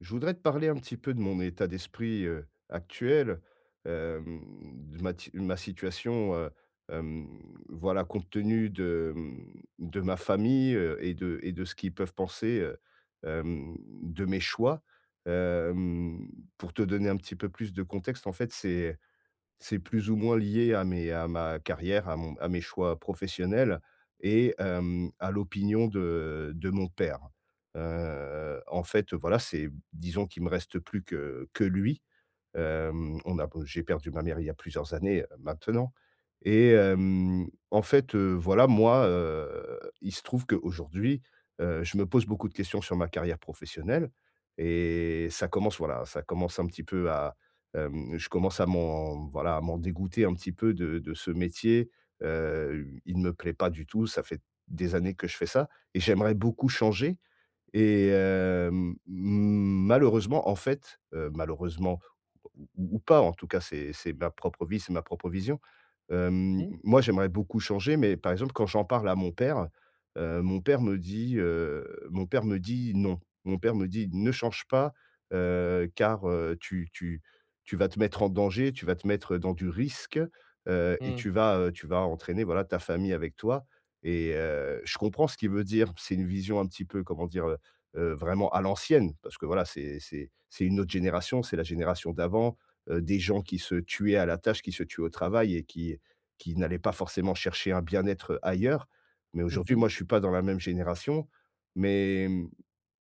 Je voudrais te parler un petit peu de mon état d'esprit, actuel, hem, de ma situation, hem, voilà, compte tenu de, de ma famille, et de ce qu'ils peuvent penser, hem, de mes choix. Hem, pour te donner un petit peu plus de contexte, en fait, c'est plus ou moins lié à mes à ma carrière, à mon à mes choix professionnels et à l'opinion de mon père. En fait, voilà, c'est, disons qu'il me reste plus que lui. On a Bon, j'ai perdu ma mère il y a plusieurs années, maintenant, et en fait, voilà, moi, il se trouve qu'aujourd'hui, je me pose beaucoup de questions sur ma carrière professionnelle et ça commence, voilà, ça commence un petit peu à, je commence à m'en dégoûter un petit peu de ce métier. Il ne me plaît pas du tout, ça fait des années que je fais ça et j'aimerais beaucoup changer et malheureusement, en fait, malheureusement ou pas, en tout cas, c'est ma propre vie, c'est ma propre vision. Mmh. Moi, j'aimerais beaucoup changer, mais par exemple, quand j'en parle à mon père, mon père me dit: «Non». Mon père me dit: «Ne change pas, car, tu vas te mettre en danger, tu vas te mettre dans du risque, et Mmh. tu vas entraîner, voilà, ta famille avec toi.» Et je comprends ce qu'il veut dire. C'est une vision un petit peu, comment dire, vraiment à l'ancienne, parce que voilà, c'est une autre génération, c'est la génération d'avant, des gens qui se tuaient à la tâche, qui se tuaient au travail et qui n'allaient pas forcément chercher un bien-être ailleurs. Mais Mmh aujourd'hui, mh. moi, je suis pas dans la même génération, mais,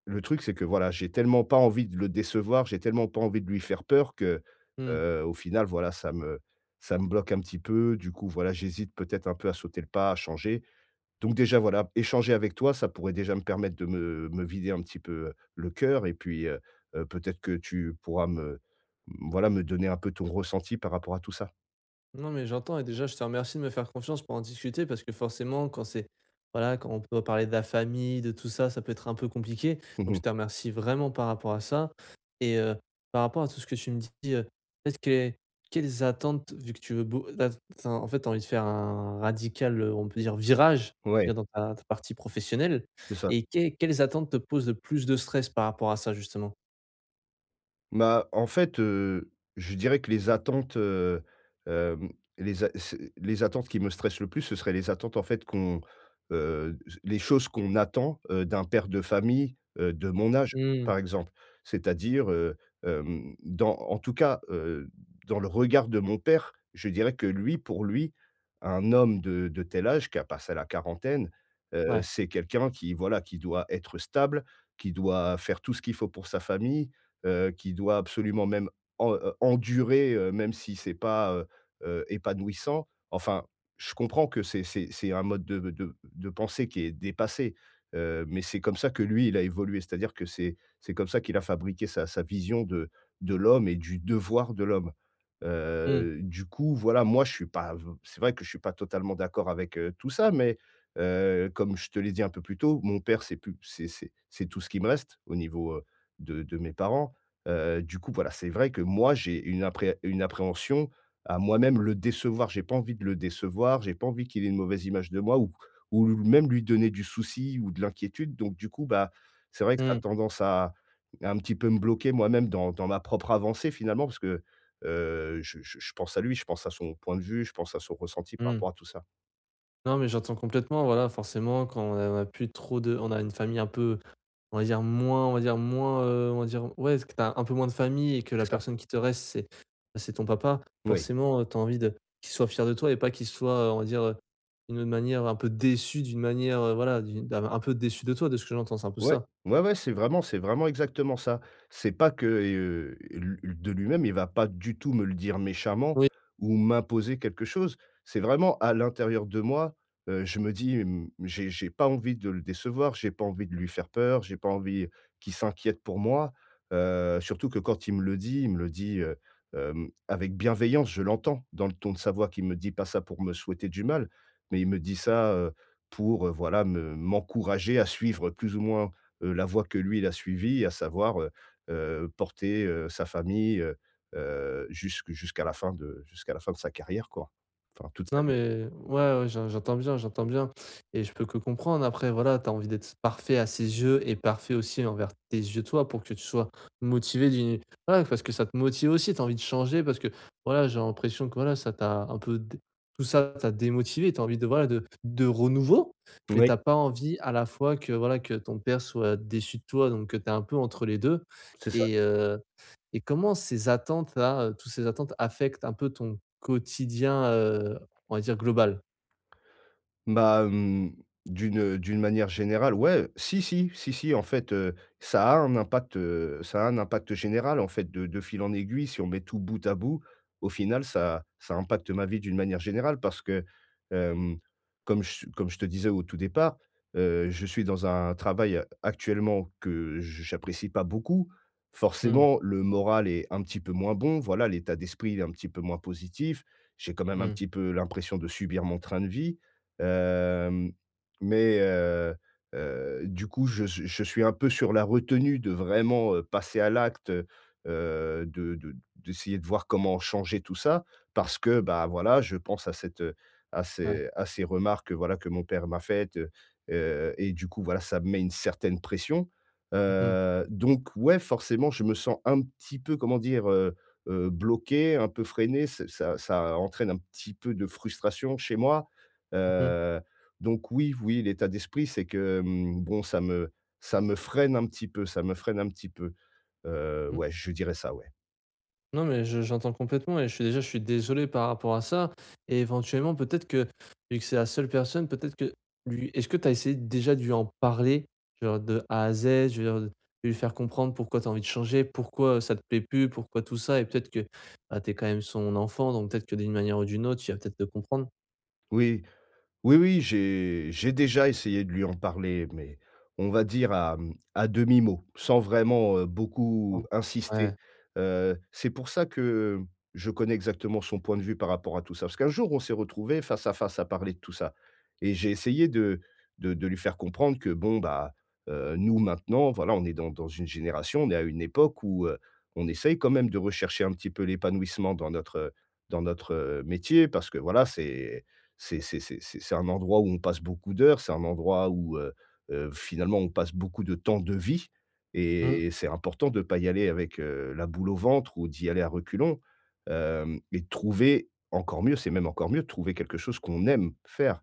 le truc, c'est que voilà, j'ai tellement pas envie de le décevoir, j'ai tellement pas envie de lui faire peur que, Mmh. Au final, voilà, ça me bloque un petit peu. Du coup, voilà, j'hésite peut-être un peu à sauter le pas, à changer, donc déjà, voilà, échanger avec toi, ça pourrait déjà me permettre de me vider un petit peu le cœur et puis, peut-être que tu pourras me, mmh, voilà, me donner un peu ton ressenti par rapport à tout ça. Non, mais j'entends et déjà je te remercie de me faire confiance pour en discuter parce que forcément quand c'est voilà, quand on peut parler de la famille, de tout ça, ça peut être un peu compliqué. Donc je Mmh. te remercie vraiment par rapport à ça et par rapport à tout ce que tu me dis, heu, peut-être qué quelles attentes vu que tu veux beau là tu en fait tu envie de faire un radical, on peut dire virage, Ouais, dire dans ta partie professionnelle c'est ça. et qué quelles attentes te posent le plus de stress par rapport à ça justement? Bah, en fait, je dirais que les attentes, hem, les a c'est les attentes qui me stressent le plus, ce seraient les attentes, en fait, qu'on, les choses qu'on attend, d'un père de famille, de mon âge, Mmh. par exemple. C'est-à-dire, dans en tout cas, dans le regard de mon père, je dirais que lui, pour lui, un homme de tel âge, qui a passé la quarantaine, Ouais. c'est quelqu'un qui, voilà, qui doit être stable, qui doit faire tout ce qu'il faut pour sa famille, qui doit absolument même en endurer, même si c'est pas, épanouissant. Enfin, je comprends que c'est un mode de pensée qui est dépassé, mais c'est comme ça que lui, il a évolué. C'est-à-dire que c'est comme ça qu'il a fabriqué sa vision de l'homme et du devoir de l'homme. Mmh. Du coup, voilà, moi, je suis pas c'est vrai que je suis pas totalement d'accord avec, tout ça, mais comme je te l'ai dit un peu plus tôt, mon père, c'est plus c'est tout ce qui me reste au niveau, de mes parents. Du coup, voilà, c'est vrai que moi, j'ai une appréhension à moi-même le décevoir. J'ai pas envie de le décevoir, j'ai pas envie qu'il ait une mauvaise image de moi ou même lui donner du souci ou de l'inquiétude. Donc du coup, bah, c'est vrai que ça a Mmh. tendance à un petit peu me bloquer moi-même dans ma propre avancée finalement, parce que, je pense à lui, je pense à son point de vue, je pense à son ressenti par Mmh. rapport à tout ça. Non, mais j'entends complètement, voilà, forcément, quand on a plus trop de on a une famille un peu, on va dire moins on va dire moins, on va dire ouais, que t'as un peu moins de famille et que C'est la ça. personne qui te reste, c'est bah, c'est ton papa, Oui. forcément, tu envie de qu'il soit fier de toi et pas qu'il soit, on va dire, d'une manière un peu déçu, d'une manière, voilà, d'une d'un un peu déçu de toi, de ce que j'entends, c'est un peu Ouais, ça? ouais, ouais, c'est vraiment exactement ça. C'est pas que, lu de lui-même, il va pas du tout me le dire méchamment ou m'imposer quelque chose. C'est vraiment à l'intérieur de moi, je me dis, j'ai pas envie de le décevoir, j'ai pas envie de lui faire peur, j'ai pas envie qu'il s'inquiète pour moi. Surtout que quand il me le dit, avec bienveillance, je l'entends dans le ton de sa voix qu'il me dit pas ça pour me souhaiter du mal, mais il me dit ça, pour, voilà, me m'encourager à suivre plus ou moins la voie que lui, il a suivie, à savoir, porter, sa famille, jusque jusqu'à la fin de sa carrière, quoi. Enfin, toute sa Non vie. mais ouais, ouais, j'entends bien et je peux que comprendre. Après voilà, tu as envie d'être parfait à ses yeux et parfait aussi envers tes yeux, toi, pour que tu sois motivé d'une voilà, parce que ça te motive aussi, tu as envie de changer parce que voilà, j'ai l'impression que voilà, ça t'a un peu dé tout ça t'a démotivé, tu as envie de voilà, de renouveau, mais Oui, t'as pas envie à la fois que voilà, que ton père soit déçu de toi donc tu es un peu entre les 2 c'est ça. et euh, et comment ces attentes-là, toutes ces attentes affectent un peu ton quotidien, on va dire global? Bah, d'une manière générale, ouais, si, si, si, si, en fait, ça a un impact général, en fait, de fil en aiguille. Si on met tout bout à bout, au final, ça impacte ma vie d'une manière générale parce que, hem, comme je te disais au tout départ, je suis dans un travail actuellement que j'apprécie pas beaucoup. Mmh, Forcément, le moral est un petit peu moins bon, voilà, l'état d'esprit, il est un petit peu moins positif. J'ai quand même un mmh, petit peu l'impression de subir mon train de vie. Hem, mais du coup, je suis un peu sur la retenue de vraiment, passer à l'acte, de d'essayer de voir comment changer tout ça parce que, bah, voilà, je pense à cette, ouais. À ces remarques, voilà, que mon père m'a faites, et du coup, voilà, ça me met une certaine pression. Mmh mh, Donc ouais, forcément, je me sens un petit peu, comment dire, bloqué, un peu freiné. Ç ça ça entraîne un petit peu de frustration chez moi. mmh Heu, donc oui, oui, l'état d'esprit, c'est que, bon, ça me freine un petit peu, ça me freine un petit peu. Mmh. Ouais, je dirais ça, ouais. Non, mais je j'entends complètement et je suis déjà je suis désolé par rapport à ça et éventuellement, peut-être que vu que c'est la seule personne, peut-être que lui est-ce que tu as essayé déjà de lui en parler? Genre de A à Z, je veux dire, de lui faire comprendre pourquoi tu as envie de changer, pourquoi, ça te plaît plus, pourquoi tout ça et peut-être que, bah, tu es quand même son enfant, donc peut-être que d'une manière ou d'une autre, il va peut-être te comprendre? Oui. Oui, oui, j'ai déjà essayé de lui en parler, mais on va dire à, à demi-mot, sans vraiment, beaucoup insister. Ouais. C'est pour ça que je connais exactement son point de vue par rapport à tout ça. Parce qu'un jour, on s'est retrouvés face à face à parler de tout ça et j'ai essayé de lui faire comprendre que bon, bah, nous maintenant, voilà, on est dans une génération, on est à une époque où, on essaye quand même de rechercher un petit peu l'épanouissement dans notre, métier parce que voilà, c'est un endroit où on passe beaucoup d'heures, c'est un endroit où, finalement, on passe beaucoup de temps de vie Mmh. et c'est important de ne pas y aller avec, la boule au ventre ou d'y aller à reculons, hem et de trouver encore mieux, c'est même encore mieux de trouver quelque chose qu'on aime faire.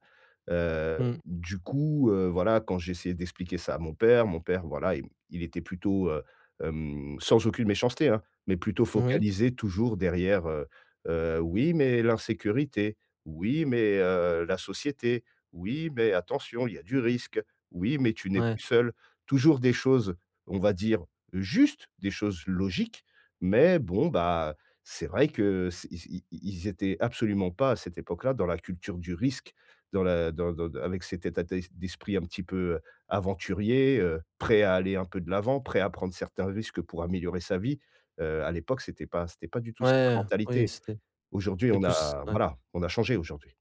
Mmh. Du coup, voilà, quand j'essayais d'expliquer ça à mon père, voilà, il était plutôt, sans aucune méchanceté, hein, mais plutôt Oui. focalisé toujours derrière, «Oui, mais l'insécurité, oui, mais la société. Oui, mais attention, il y a du risque. Oui, mais tu n'es Ouais. plus seul.» Toujours des choses, on va dire, justes, des choses logiques, mais bon, bah, c'est vrai que c'est ils ils ils étaient absolument pas à cette époque-là dans la culture du risque, dans la dans dans avec cet état d'esprit un petit peu aventurier, prêt à aller un peu de l'avant, prêt à prendre certains risques pour améliorer sa vie. À l'époque, c'était pas du tout cette Ouais, oui, mentalité. Aujourd'hui, c'était on plus a ouais. voilà, on a changé aujourd'hui.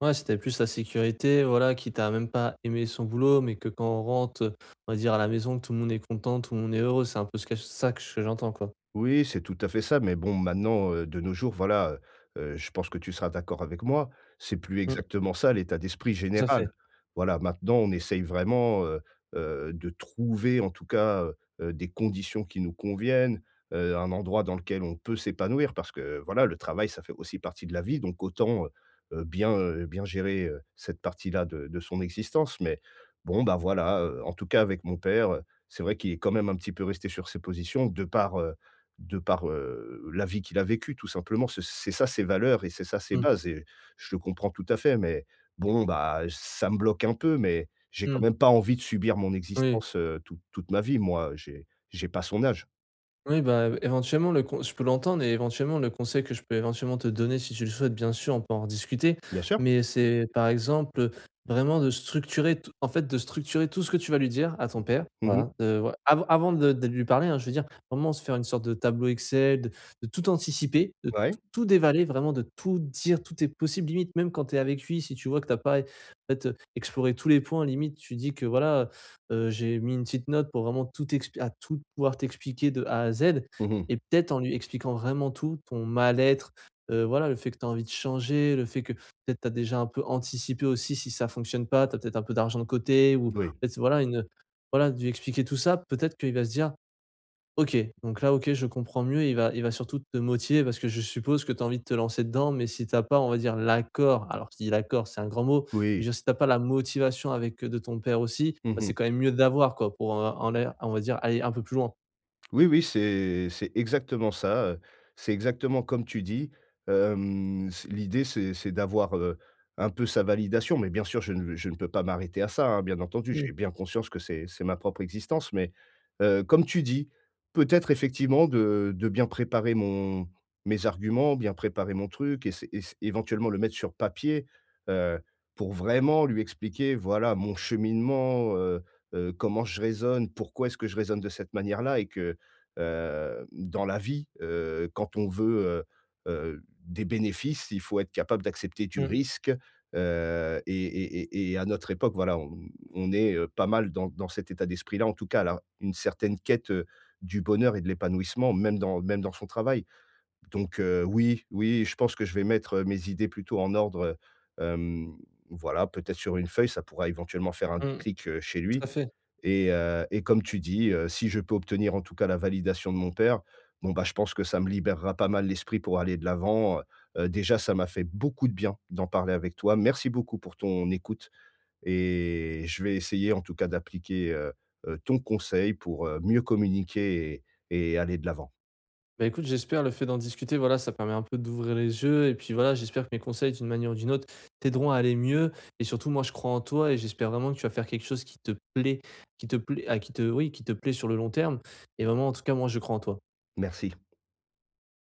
Ouais, c'était plus la sécurité, voilà, quitte à même pas aimer son boulot, mais que quand on rentre, on va dire à la maison, tout le monde est content, tout le monde est heureux. C'est un peu ce que ça que j'entends, quoi. Oui, c'est tout à fait ça, mais bon, maintenant, de nos jours, voilà, je pense que tu seras d'accord avec moi, c'est plus Mmh. exactement ça, l'état d'esprit Tout à général. fait. Voilà, maintenant, on essaye vraiment, de trouver en tout cas, des conditions qui nous conviennent, un endroit dans lequel on peut s'épanouir parce que voilà, le travail, ça fait aussi partie de la vie, donc autant, bien, bien gérer, cette partie-là de son existence, mais bon, bah, voilà, en tout cas avec mon père, c'est vrai qu'il est quand même un petit peu resté sur ses positions de par, la vie qu'il a vécue tout simplement. C'est ça ses valeurs et c'est ça ses Mmh. bases et je le comprends tout à fait, mais bon, bah, ça me bloque un peu, mais j'ai quand Mmh. même pas envie de subir mon Oui. existence, toute toute ma vie, moi. J'ai pas son âge. Oui, bah, éventuellement le con je peux l'entendre et éventuellement le conseil que je peux éventuellement te donner si tu le souhaites bien sûr, on peut en rediscuter, Bien sûr. mais c'est par exemple, vraiment de structurer tout ce que tu vas lui dire à ton père, Mmh. voilà, voi avant de lui parler, hein, je veux dire, vraiment se faire une sorte de tableau Excel, de tout anticiper, de t Ouais. tout dévaler, vraiment de tout dire, tout est possible, limite même quand tu es avec lui, si tu vois que tu as pas, en fait, exploré tous les points, limite tu dis que voilà, j'ai mis une petite note pour vraiment tout expli à tout pouvoir t'expliquer de A à Z Mmh. et peut-être en lui expliquant vraiment tout, ton mal-être, voilà, le fait que tu as envie de changer, le fait que peut-être tu as déjà un peu anticipé aussi si ça fonctionne pas, tu as peut-être un peu d'argent de côté ou Oui. peut-être voilà une voilà, de lui expliquer tout ça, peut-être qu'il va se dire: OK, donc là, OK, je comprends mieux. Il va surtout te motiver parce que je suppose que tu as envie de te lancer dedans, mais si t'as pas, on va dire l'accord, alors je dis l'accord, c'est un grand mot, mais Oui. je veux dire si t'as pas la motivation avec, de ton père aussi, bah, Mmh. c'est quand même mieux d'avoir quoi pour, en l'air on va dire aller un peu plus loin. Oui, oui, c'est exactement ça, c'est exactement comme tu dis. Hem, c l'idée, c'est d'avoir, un peu sa validation, mais bien sûr, je ne peux pas m'arrêter à ça, hein, bien entendu. Mmh, J'ai bien conscience que c'est ma propre existence, mais, comme tu dis, peut-être effectivement de bien préparer mon mes arguments, bien préparer mon truc et c'est éventuellement le mettre sur papier, heu, pour vraiment lui expliquer, voilà, mon cheminement, comment je raisonne, pourquoi est-ce que je raisonne de cette manière-là et que dans la vie, quand on veut, des bénéfices, il faut être capable d'accepter du mmh, risque, et à notre époque, voilà, on est, pas mal dans cet état d'esprit-là, en tout cas, là, une certaine quête, du bonheur et de l'épanouissement, même dans, même dans son travail. Donc oui, oui, je pense que je vais mettre, mes idées plutôt en ordre, heu, voilà, peut-être sur une feuille, ça pourra éventuellement faire un mmh, déclic, chez tout lui. à fait. Et comme tu dis, si je peux obtenir en tout cas la validation de mon père, bon, bah, je pense que ça me libérera pas mal l'esprit pour aller de l'avant, déjà ça m'a fait beaucoup de bien d'en parler avec toi. Merci beaucoup pour ton écoute et je vais essayer en tout cas d'appliquer, ton conseil pour, mieux communiquer et aller de l'avant. Bah, écoute, j'espère le fait d'en discuter, voilà, ça permet un peu d'ouvrir les yeux et puis voilà, j'espère que mes conseils d'une manière ou d'une autre t'aideront à aller mieux et surtout moi je crois en toi et j'espère vraiment que tu vas faire quelque chose qui te plaît, ah, qui te oui, qui te plaît sur le long terme et vraiment en tout cas moi je crois en toi. Merci.